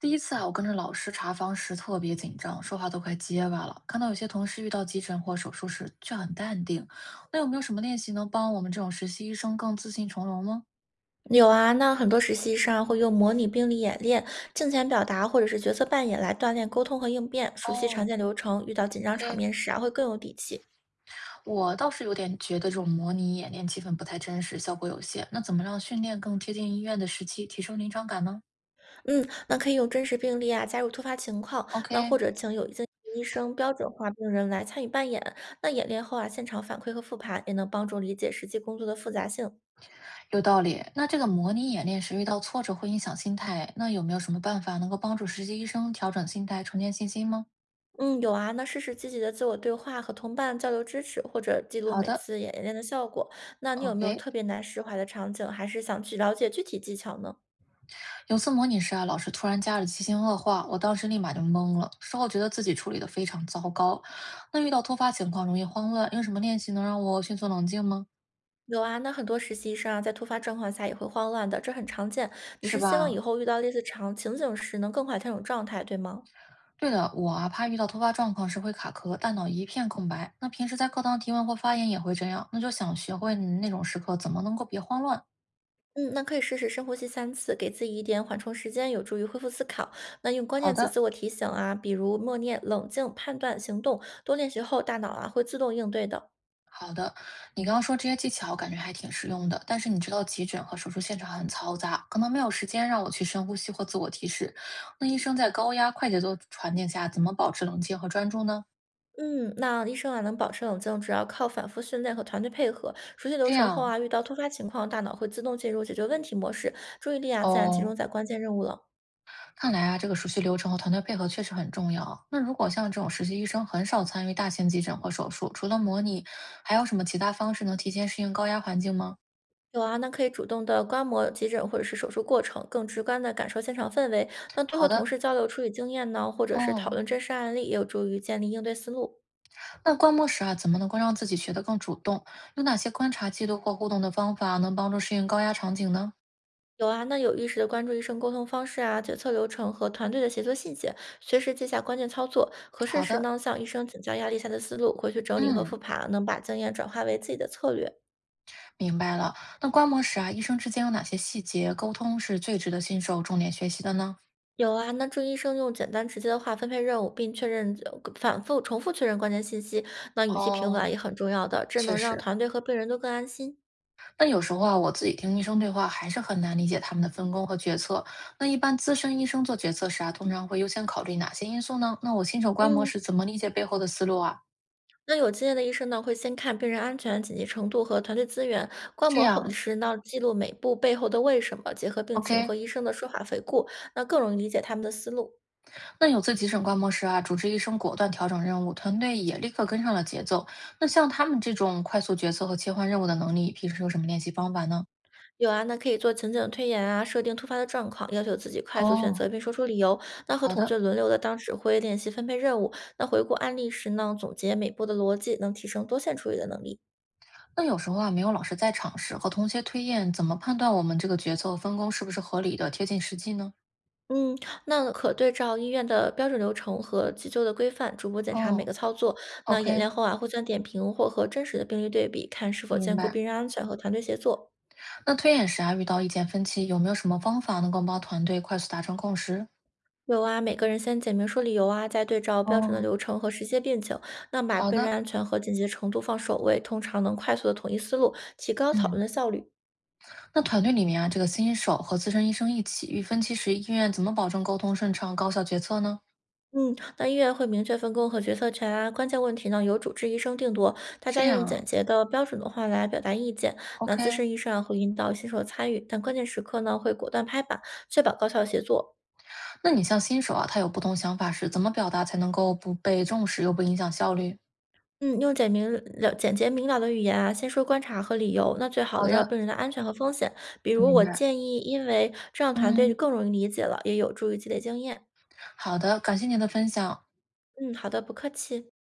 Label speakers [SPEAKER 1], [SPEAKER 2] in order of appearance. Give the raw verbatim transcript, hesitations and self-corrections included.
[SPEAKER 1] 第一次啊，我跟着老师查房时特别紧张，说话都快结巴了。看到有些同事遇到急诊或手术时却很淡定，那有没有什么练习能帮我们这种实习医生更自信从容呢？
[SPEAKER 2] 有啊，那很多实习生啊会用模拟病例演练、镜前表达或者是角色扮演来锻炼沟通和应变，熟悉
[SPEAKER 1] 哦
[SPEAKER 2] 常见流程，遇到紧张场
[SPEAKER 1] ，OK，
[SPEAKER 2] 面时啊会更有底气。
[SPEAKER 1] 我倒是有点觉得这种模拟演练气氛不太真实，效果有限。那怎么让训练更贴近医院的实际，提升临场感呢？
[SPEAKER 2] 嗯，那可以用真实病例啊加入突发情况，那或
[SPEAKER 1] OK，
[SPEAKER 2] 者请有经验的医生标准化病人来参与扮演。那演练后啊，现场反馈和复盘也能帮助理解实际工作的复杂性。
[SPEAKER 1] 有道理。那这个模拟演练时遇到挫折会影响心态，那有没有什么办法能够帮助实习医生调整心态，重建信心吗？
[SPEAKER 2] 嗯，有啊，那试试积极的自我对话和同伴交流支持，或者记录
[SPEAKER 1] 好
[SPEAKER 2] 每
[SPEAKER 1] 的
[SPEAKER 2] 次演练的效果。那你有没有
[SPEAKER 1] ，OK。
[SPEAKER 2] 特别难释怀的场景，还是想去了解具体技巧呢？
[SPEAKER 1] 有次模拟时啊，老师突然加了七星恶化，我当时立马就懵了，事后觉得自己处理的非常糟糕。那遇到突发情况容易慌乱，有什么练习能让我迅速冷静吗？
[SPEAKER 2] 有啊，那很多实习医生啊，在突发状况下也会慌乱的，这很常见。你
[SPEAKER 1] 是
[SPEAKER 2] 是希望以
[SPEAKER 1] 吧？
[SPEAKER 2] 后遇到类似场情景时能更快调整状态，对吗？
[SPEAKER 1] 对的，我啊怕遇到突发状况时会卡壳，大脑一片空白。那平时在课堂提问或发言也会这样，那就想学会那种时刻怎么能够别慌乱。
[SPEAKER 2] 嗯，那可以试试深呼吸三次，给自己一点缓冲时间，有助于恢复思考。那用关
[SPEAKER 1] 好
[SPEAKER 2] 键词
[SPEAKER 1] 的，
[SPEAKER 2] 自我提醒啊，比如默念、冷静、判断、行动，多练习后，大脑啊会自动应对的。
[SPEAKER 1] 好的，你刚刚说这些技巧，我感觉还挺实用的。但是你知道，急诊和手术现场很嘈杂，可能没有时间让我去深呼吸或自我提示。那医生在高压、快节奏环境下，怎么保持冷静和专注呢？
[SPEAKER 2] 嗯，那医生啊能保持冷静，主要靠反复训练和团队配合。熟悉流
[SPEAKER 1] 这
[SPEAKER 2] 程后
[SPEAKER 1] 样
[SPEAKER 2] 啊，遇到突发情况，大脑会自动进入解决问题模式，注意力啊自然集
[SPEAKER 1] 哦，
[SPEAKER 2] 中在关键任务了。
[SPEAKER 1] 看来啊，这个熟悉流程和团队配合确实很重要。那如果像这种实习医生很少参与大型急诊或手术，除了模拟，还有什么其他方式能提前适应高压环境吗？
[SPEAKER 2] 有啊，那可以主动的观摩急诊或者是手术过程，更直观的感受现场氛围。那多和
[SPEAKER 1] 好
[SPEAKER 2] 同
[SPEAKER 1] 的，
[SPEAKER 2] 事交流处理经验呢，或者是讨
[SPEAKER 1] 哦，
[SPEAKER 2] 论真实案例，也有助于建立应对思路。
[SPEAKER 1] 那观摩时啊，怎么能够让自己学得更主动？有哪些观察、记录或互动的方法能帮助适应高压场景呢？
[SPEAKER 2] 有啊，那有意识的关注医生沟通方式啊、决策流程和团队的协作细节，随时记下关键操作。合适
[SPEAKER 1] 好
[SPEAKER 2] 时
[SPEAKER 1] 的，
[SPEAKER 2] 呢，向医生请教压力下的思路，回去整理和
[SPEAKER 1] 嗯，
[SPEAKER 2] 复盘，能把经验转化为自己的策略。
[SPEAKER 1] 明白了。那观摩时啊，医生之间有哪些细节沟通是最值得新手重点学习的呢？
[SPEAKER 2] 有啊，那助医生用简单直接的话分配任务，并确认呃反复重复确认关键信息，那语气平稳
[SPEAKER 1] 哦，
[SPEAKER 2] 啊也很重要的，这
[SPEAKER 1] 确
[SPEAKER 2] 能让
[SPEAKER 1] 实。
[SPEAKER 2] 团队和病人都更安心。
[SPEAKER 1] 那有时候啊，我自己听医生对话还是很难理解他们的分工和决策。那一般资深医生做决策时啊，通常会优先考虑哪些因素呢？那我新手观摩
[SPEAKER 2] 嗯，
[SPEAKER 1] 时怎么理解背后的思路啊？
[SPEAKER 2] 那有经验的医生呢，会先看病人安全、紧急程度和团队资源，观
[SPEAKER 1] 这
[SPEAKER 2] 摩后
[SPEAKER 1] 样
[SPEAKER 2] 时呢记录每步背后的为什么，结合病情
[SPEAKER 1] ，OK。
[SPEAKER 2] 和医生的说法回顾，那更容易理解他们的思路。
[SPEAKER 1] 那有次急诊观摩时啊，主治医生果断调整任务，团队也立刻跟上了节奏。那像他们这种快速决策和切换任务的能力，平时有什么练习方法呢？
[SPEAKER 2] 有啊，那可以做情景推演啊，设定突发的状况，要求自己快速选
[SPEAKER 1] 哦，
[SPEAKER 2] 择并说出理由。那和
[SPEAKER 1] 好
[SPEAKER 2] 同
[SPEAKER 1] 的。
[SPEAKER 2] 学轮流的当指挥，练习分配任务。那回顾案例时呢，总结每步的逻辑，能提升多线处理的能力。
[SPEAKER 1] 那有时候啊，没有老师在场时，和同学推演，怎么判断我们这个决策分工是不是合理的、贴近实际呢？
[SPEAKER 2] 嗯，那可对照医院的标准流程和急救的规范，逐步检查每
[SPEAKER 1] 哦
[SPEAKER 2] 个操作。那演
[SPEAKER 1] ，OK，
[SPEAKER 2] 练后啊，互相点评或和真实的病例对比，看是否
[SPEAKER 1] 明
[SPEAKER 2] 兼顾
[SPEAKER 1] 白。
[SPEAKER 2] 病人安全和团队协作。
[SPEAKER 1] 那推演时啊，遇到意见分歧，有没有什么方法能够帮团队快速达成共识？
[SPEAKER 2] 有啊，每个人先简明说理由啊，再对照标准的
[SPEAKER 1] 哦，
[SPEAKER 2] 流程和实际病情，那把
[SPEAKER 1] 好
[SPEAKER 2] 病人
[SPEAKER 1] 的，
[SPEAKER 2] 安全和紧急程度放首位，通常能快速的统一思路，提高讨
[SPEAKER 1] 嗯。
[SPEAKER 2] 论的效率。
[SPEAKER 1] 那团队里面啊，这个新手和资深医生一起预分期时，医院怎么保证沟通顺畅、高效决策呢？
[SPEAKER 2] 嗯，那医院会明确分工和决策权啊，关键问题呢由主治医生定夺，大
[SPEAKER 1] 这
[SPEAKER 2] 家用
[SPEAKER 1] 样啊
[SPEAKER 2] 简洁的标准的话来表达意见。那资
[SPEAKER 1] ，OK。
[SPEAKER 2] 深医生啊会引导新手参与，但关键时刻呢会果断拍板，确保高效协作。
[SPEAKER 1] 那你像新手啊，他有不同想法时，怎么表达才能够不被重视又不影响效率？
[SPEAKER 2] 嗯，用简明了简洁明了的语言啊，先说观察和理由，那最好
[SPEAKER 1] 好
[SPEAKER 2] 围绕
[SPEAKER 1] 的，
[SPEAKER 2] 病人的安全和风险。比如，
[SPEAKER 1] 明
[SPEAKER 2] 我
[SPEAKER 1] 白。
[SPEAKER 2] 建议，因为这样团队就
[SPEAKER 1] 嗯，
[SPEAKER 2] 更容易理解了，也有助于积累经验。
[SPEAKER 1] 好的，感谢您的分享。
[SPEAKER 2] 嗯，好的，不客气。